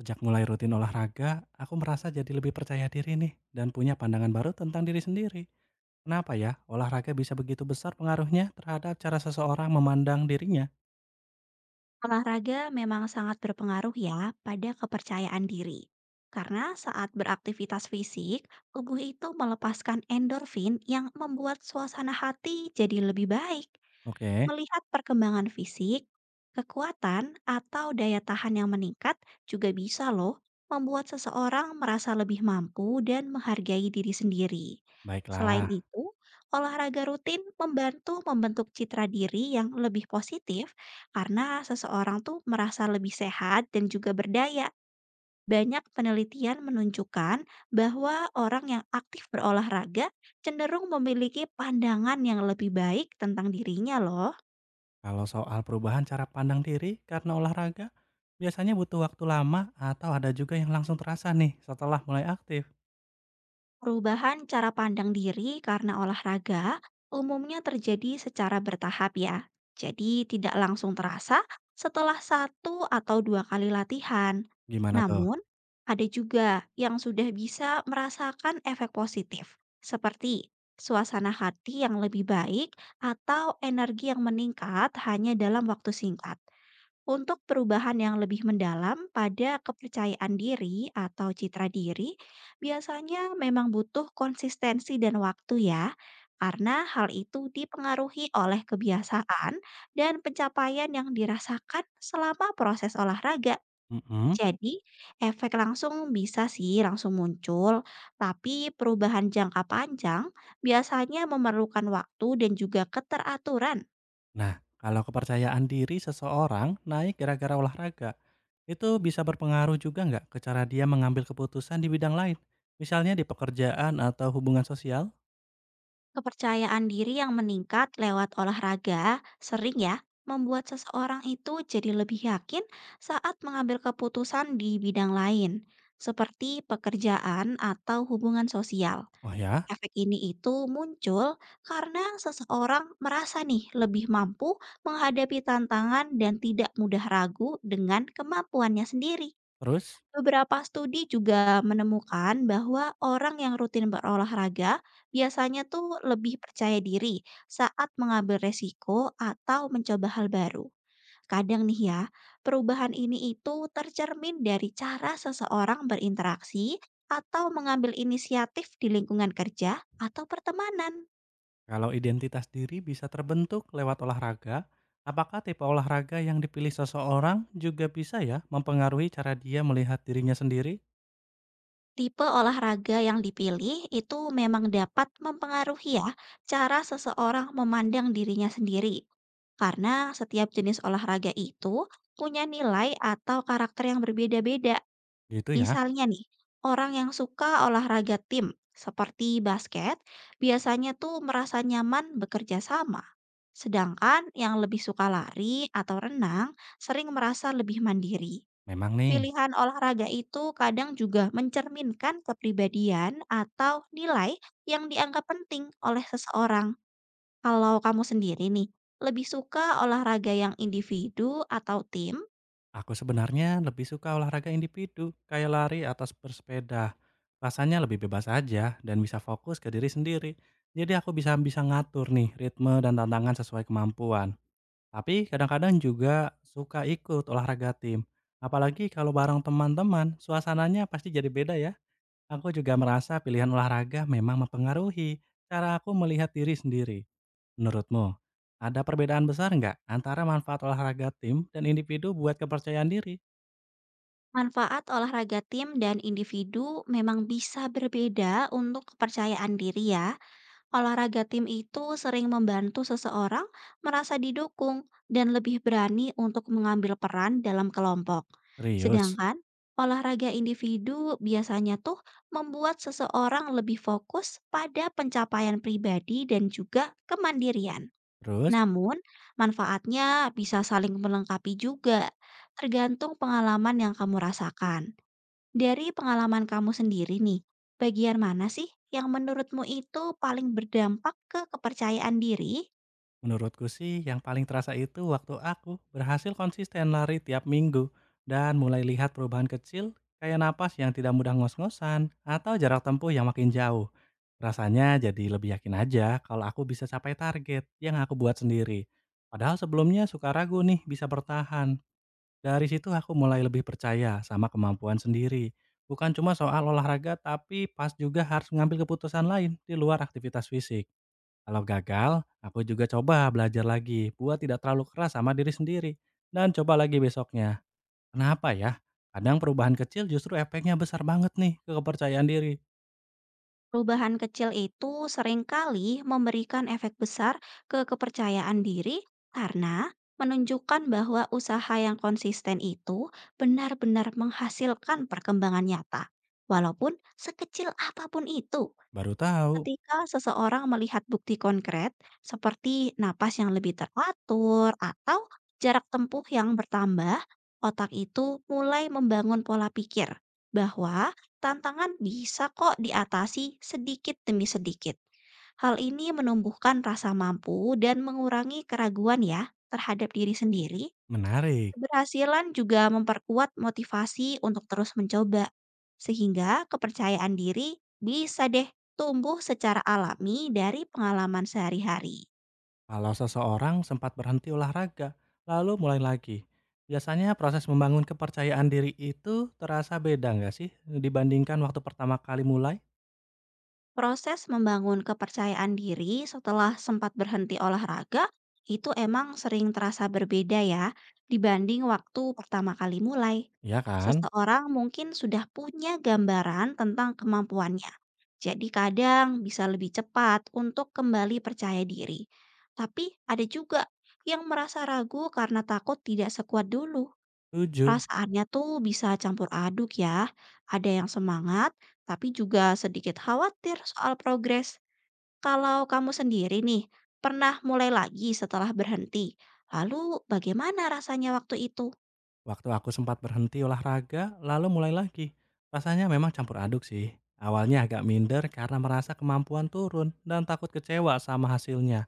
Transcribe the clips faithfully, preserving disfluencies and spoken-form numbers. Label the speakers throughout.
Speaker 1: Sejak mulai rutin olahraga, aku merasa jadi lebih percaya diri nih dan punya pandangan baru tentang diri sendiri. Kenapa ya olahraga bisa begitu besar pengaruhnya terhadap cara seseorang memandang dirinya?
Speaker 2: Olahraga memang sangat berpengaruh ya pada kepercayaan diri. Karena saat beraktivitas fisik, tubuh itu melepaskan endorfin yang membuat suasana hati jadi lebih baik.
Speaker 1: Oke,
Speaker 2: Melihat perkembangan fisik, kekuatan atau daya tahan yang meningkat juga bisa loh membuat seseorang merasa lebih mampu dan menghargai diri sendiri. Selain
Speaker 1: baiklah.
Speaker 2: itu, olahraga rutin membantu membentuk citra diri yang lebih positif karena seseorang tuh merasa lebih sehat dan juga berdaya. Banyak penelitian menunjukkan bahwa orang yang aktif berolahraga cenderung memiliki pandangan yang lebih baik tentang dirinya loh.
Speaker 1: Kalau soal perubahan cara pandang diri karena olahraga, biasanya butuh waktu lama atau ada juga yang langsung terasa nih setelah mulai aktif.
Speaker 2: Perubahan cara pandang diri karena olahraga umumnya terjadi secara bertahap ya. Jadi tidak langsung terasa setelah satu atau dua kali latihan.
Speaker 1: Gimana tuh?
Speaker 2: Namun, ada juga yang sudah bisa merasakan efek positif, seperti suasana hati yang lebih baik atau energi yang meningkat hanya dalam waktu singkat. Untuk perubahan yang lebih mendalam pada kepercayaan diri atau citra diri, biasanya memang butuh konsistensi dan waktu ya, karena hal itu dipengaruhi oleh kebiasaan dan pencapaian yang dirasakan selama proses olahraga.
Speaker 1: Mm-mm.
Speaker 2: Jadi, efek langsung bisa sih langsung muncul, tapi perubahan jangka panjang biasanya memerlukan waktu dan juga keteraturan.
Speaker 1: Nah, kalau kepercayaan diri seseorang naik gara-gara olahraga, itu bisa berpengaruh juga nggak ke cara dia mengambil keputusan di bidang lain? Misalnya di pekerjaan atau hubungan sosial?
Speaker 2: Kepercayaan diri yang meningkat lewat olahraga sering ya membuat seseorang itu jadi lebih yakin saat mengambil keputusan di bidang lain, seperti pekerjaan atau hubungan sosial.
Speaker 1: Oh ya,
Speaker 2: Efek ini itu muncul karena seseorang merasa nih lebih mampu menghadapi tantangan dan tidak mudah ragu dengan kemampuannya sendiri.
Speaker 1: terus
Speaker 2: Beberapa studi juga menemukan bahwa orang yang rutin berolahraga biasanya tuh lebih percaya diri saat mengambil resiko atau mencoba hal baru. Kadang nih ya, perubahan ini itu tercermin dari cara seseorang berinteraksi atau mengambil inisiatif di lingkungan kerja atau pertemanan.
Speaker 1: kalau identitas diri bisa terbentuk lewat olahraga, apakah tipe olahraga yang dipilih seseorang juga bisa ya mempengaruhi cara dia melihat dirinya sendiri?
Speaker 2: Tipe olahraga yang dipilih itu memang dapat mempengaruhi ya cara seseorang memandang dirinya sendiri. Karena setiap jenis olahraga itu punya nilai atau karakter yang berbeda-beda.
Speaker 1: Gitu ya,
Speaker 2: Misalnya nih, orang yang suka olahraga tim seperti basket biasanya tuh merasa nyaman bekerja sama. Sedangkan yang lebih suka lari atau renang sering merasa lebih mandiri.
Speaker 1: memang nih.
Speaker 2: Pilihan olahraga itu kadang juga mencerminkan kepribadian atau nilai yang dianggap penting oleh seseorang. Kalau kamu sendiri nih, lebih suka olahraga yang individu atau tim?
Speaker 1: Aku sebenarnya lebih suka olahraga individu, kayak lari atau bersepeda. Rasanya lebih bebas aja dan bisa fokus ke diri sendiri. Jadi aku bisa bisa ngatur nih ritme dan tantangan sesuai kemampuan. Tapi kadang-kadang juga suka ikut olahraga tim. Apalagi kalau bareng teman-teman, suasananya pasti jadi beda ya. Aku juga merasa pilihan olahraga memang mempengaruhi cara aku melihat diri sendiri. Menurutmu, ada perbedaan besar nggak antara manfaat olahraga tim dan individu buat kepercayaan diri?
Speaker 2: Manfaat olahraga tim dan individu memang bisa berbeda untuk kepercayaan diri ya. Olahraga tim itu sering membantu seseorang merasa didukung dan lebih berani untuk mengambil peran dalam kelompok.
Speaker 1: Serius?
Speaker 2: Sedangkan olahraga individu biasanya tuh membuat seseorang lebih fokus pada pencapaian pribadi dan juga kemandirian.
Speaker 1: Terus?
Speaker 2: Namun, manfaatnya bisa saling melengkapi juga, tergantung pengalaman yang kamu rasakan. Dari pengalaman kamu sendiri nih, bagian mana sih yang menurutmu itu paling berdampak ke kepercayaan diri?
Speaker 1: Menurutku sih yang paling terasa itu waktu aku berhasil konsisten lari tiap minggu dan mulai lihat perubahan kecil kayak napas yang tidak mudah ngos-ngosan atau jarak tempuh yang makin jauh. Rasanya jadi lebih yakin aja kalau aku bisa capai target yang aku buat sendiri. Padahal sebelumnya suka ragu nih bisa bertahan. Dari situ aku mulai lebih percaya sama kemampuan sendiri. Bukan cuma soal olahraga tapi pas juga harus ngambil keputusan lain di luar aktivitas fisik. Kalau gagal, aku juga coba belajar lagi buat tidak terlalu keras sama diri sendiri dan coba lagi besoknya. Kenapa ya? Kadang perubahan kecil justru efeknya besar banget nih ke kepercayaan diri.
Speaker 2: Perubahan kecil itu seringkali memberikan efek besar ke kepercayaan diri karena menunjukkan bahwa usaha yang konsisten itu benar-benar menghasilkan perkembangan nyata, walaupun sekecil apapun itu.
Speaker 1: Baru tahu,
Speaker 2: Ketika seseorang melihat bukti konkret, seperti napas yang lebih teratur atau jarak tempuh yang bertambah, otak itu mulai membangun pola pikir bahwa tantangan bisa kok diatasi sedikit demi sedikit. Hal ini menumbuhkan rasa mampu dan mengurangi keraguan ya terhadap diri sendiri.
Speaker 1: menarik.
Speaker 2: Keberhasilan juga memperkuat motivasi untuk terus mencoba, sehingga kepercayaan diri bisa deh tumbuh secara alami dari pengalaman sehari-hari.
Speaker 1: Kalau seseorang sempat berhenti olahraga, lalu mulai lagi. Biasanya proses membangun kepercayaan diri itu terasa beda nggak sih dibandingkan waktu pertama kali mulai?
Speaker 2: Proses membangun kepercayaan diri setelah sempat berhenti olahraga itu emang sering terasa berbeda ya dibanding waktu pertama kali mulai.
Speaker 1: Iya kan?
Speaker 2: Seseorang mungkin sudah punya gambaran tentang kemampuannya. Jadi kadang bisa lebih cepat untuk kembali percaya diri. Tapi ada juga yang merasa ragu karena takut tidak sekuat dulu.
Speaker 1: Tujuh.
Speaker 2: Perasaannya tuh bisa campur aduk ya. Ada yang semangat, tapi juga sedikit khawatir soal progres. Kalau kamu sendiri nih, pernah mulai lagi setelah berhenti. Lalu bagaimana rasanya waktu itu?
Speaker 1: Waktu aku sempat berhenti olahraga, lalu mulai lagi. Rasanya memang campur aduk sih. Awalnya agak minder karena merasa kemampuan turun dan takut kecewa sama hasilnya.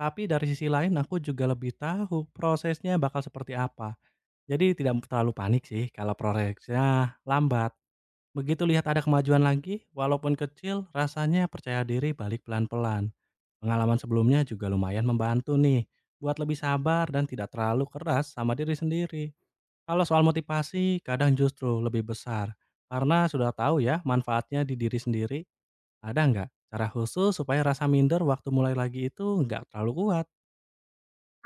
Speaker 1: Tapi dari sisi lain aku juga lebih tahu prosesnya bakal seperti apa. Jadi tidak terlalu panik sih kalau prosesnya lambat. Begitu lihat ada kemajuan lagi, walaupun kecil, rasanya percaya diri balik pelan-pelan. Pengalaman sebelumnya juga lumayan membantu nih, buat lebih sabar dan tidak terlalu keras sama diri sendiri. Kalau soal motivasi, kadang justru lebih besar. Karena sudah tahu ya manfaatnya di diri sendiri. Ada nggak cara khusus supaya rasa minder waktu mulai lagi itu nggak terlalu kuat?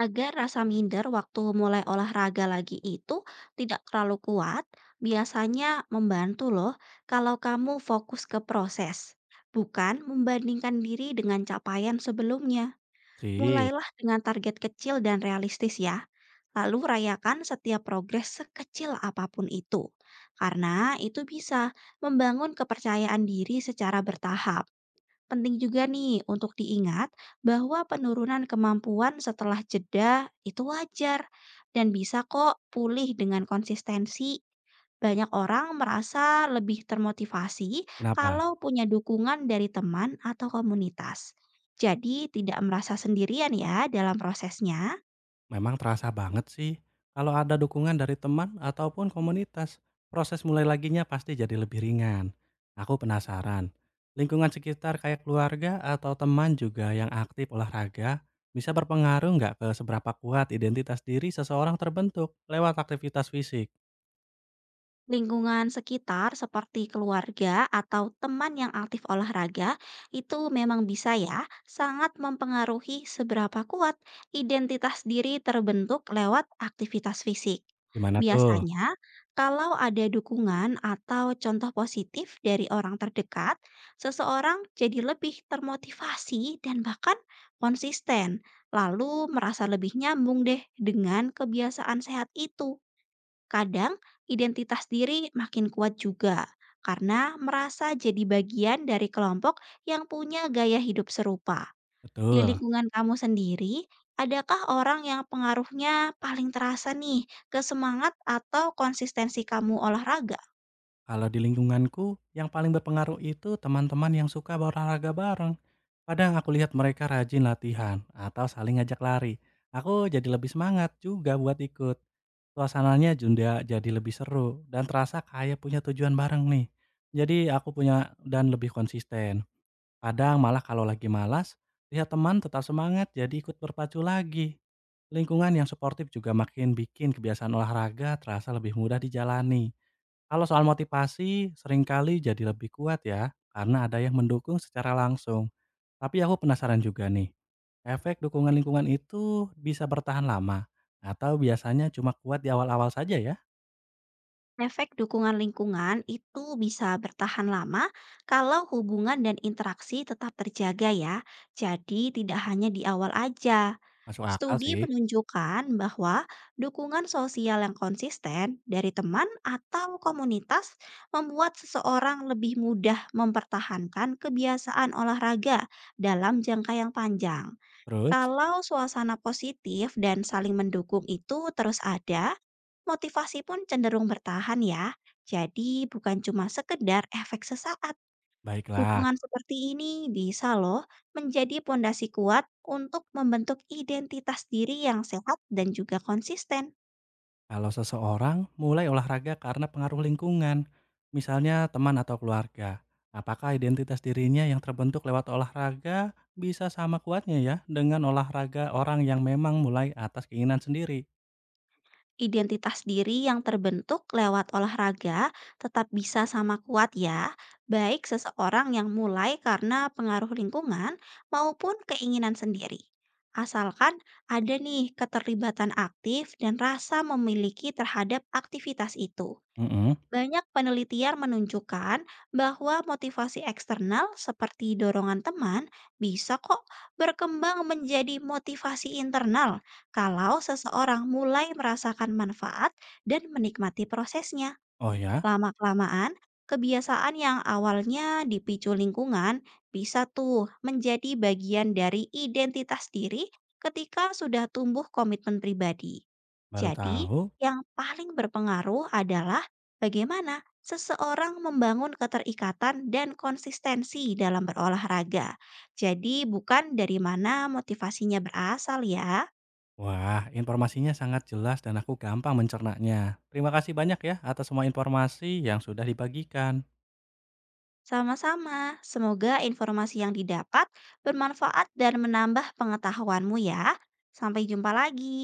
Speaker 2: Agar rasa minder waktu mulai olahraga lagi itu tidak terlalu kuat, biasanya membantu loh kalau kamu fokus ke proses, bukan membandingkan diri dengan capaian sebelumnya.
Speaker 1: Sip,
Speaker 2: Mulailah dengan target kecil dan realistis ya. Lalu rayakan setiap progres sekecil apapun itu. Karena itu bisa membangun kepercayaan diri secara bertahap. Penting juga nih untuk diingat bahwa penurunan kemampuan setelah jeda itu wajar dan bisa kok pulih dengan konsistensi. Banyak orang merasa lebih termotivasi
Speaker 1: kenapa?
Speaker 2: kalau punya dukungan dari teman atau komunitas. Jadi, tidak merasa sendirian ya dalam prosesnya.
Speaker 1: Memang terasa banget sih, kalau ada dukungan dari teman ataupun komunitas, proses mulai laginya pasti jadi lebih ringan. Aku penasaran, lingkungan sekitar kayak keluarga atau teman juga yang aktif olahraga bisa berpengaruh nggak ke seberapa kuat identitas diri seseorang terbentuk lewat aktivitas fisik?
Speaker 2: Lingkungan sekitar seperti keluarga atau teman yang aktif olahraga itu memang bisa ya sangat mempengaruhi seberapa kuat identitas diri terbentuk lewat aktivitas fisik.
Speaker 1: Gimana tuh?
Speaker 2: Biasanya, kalau ada dukungan atau contoh positif dari orang terdekat, seseorang jadi lebih termotivasi dan bahkan konsisten, lalu merasa lebih nyambung deh dengan kebiasaan sehat itu. Kadang identitas diri makin kuat juga karena merasa jadi bagian dari kelompok yang punya gaya hidup serupa. Di
Speaker 1: Betul.
Speaker 2: lingkungan kamu sendiri, adakah orang yang pengaruhnya paling terasa nih ke semangat atau konsistensi kamu olahraga?
Speaker 1: Kalau di lingkunganku, yang paling berpengaruh itu teman-teman yang suka berolahraga bareng. Kadang aku lihat mereka rajin latihan atau saling ngajak lari. Aku jadi lebih semangat juga buat ikut. Suasananya juga jadi lebih seru dan terasa kayak punya tujuan bareng nih. Jadi aku punya dan lebih konsisten. Kadang malah kalau lagi malas, lihat teman tetap semangat jadi ikut berpacu lagi. Lingkungan yang suportif juga makin bikin kebiasaan olahraga terasa lebih mudah dijalani. Kalau soal motivasi, seringkali jadi lebih kuat ya, karena ada yang mendukung secara langsung. Tapi aku penasaran juga nih, efek dukungan lingkungan itu bisa bertahan lama, atau biasanya cuma kuat di awal-awal saja ya?
Speaker 2: Efek dukungan lingkungan itu bisa bertahan lama kalau hubungan dan interaksi tetap terjaga ya. Jadi tidak hanya di awal aja.
Speaker 1: Masuk akal
Speaker 2: Studi
Speaker 1: sih.
Speaker 2: menunjukkan bahwa dukungan sosial yang konsisten dari teman atau komunitas membuat seseorang lebih mudah mempertahankan kebiasaan olahraga dalam jangka yang panjang.
Speaker 1: Terus,
Speaker 2: Kalau suasana positif dan saling mendukung itu terus ada, motivasi pun cenderung bertahan ya. Jadi bukan cuma sekedar efek sesaat.
Speaker 1: baiklah.
Speaker 2: Dukungan seperti ini bisa loh menjadi pondasi kuat untuk membentuk identitas diri yang sehat dan juga konsisten.
Speaker 1: Kalau seseorang mulai olahraga karena pengaruh lingkungan, misalnya teman atau keluarga, apakah identitas dirinya yang terbentuk lewat olahraga bisa sama kuatnya ya dengan olahraga orang yang memang mulai atas keinginan sendiri?
Speaker 2: Identitas diri yang terbentuk lewat olahraga tetap bisa sama kuat ya, baik seseorang yang mulai karena pengaruh lingkungan maupun keinginan sendiri. Asalkan ada nih keterlibatan aktif dan rasa memiliki terhadap aktivitas itu.
Speaker 1: Mhm.
Speaker 2: Banyak penelitian menunjukkan bahwa motivasi eksternal seperti dorongan teman bisa kok berkembang menjadi motivasi internal kalau seseorang mulai merasakan manfaat dan menikmati prosesnya.
Speaker 1: Oh ya,
Speaker 2: Lama-kelamaan, kebiasaan yang awalnya dipicu lingkungan bisa tuh menjadi bagian dari identitas diri ketika sudah tumbuh komitmen pribadi.
Speaker 1: baru
Speaker 2: Jadi,
Speaker 1: tahu.
Speaker 2: yang paling berpengaruh adalah bagaimana seseorang membangun keterikatan dan konsistensi dalam berolahraga. Jadi, bukan dari mana motivasinya berasal ya.
Speaker 1: Wah, informasinya sangat jelas dan aku gampang mencernanya. Terima kasih banyak ya atas semua informasi yang sudah dibagikan.
Speaker 2: Sama-sama, semoga informasi yang didapat bermanfaat dan menambah pengetahuanmu ya. Sampai jumpa lagi.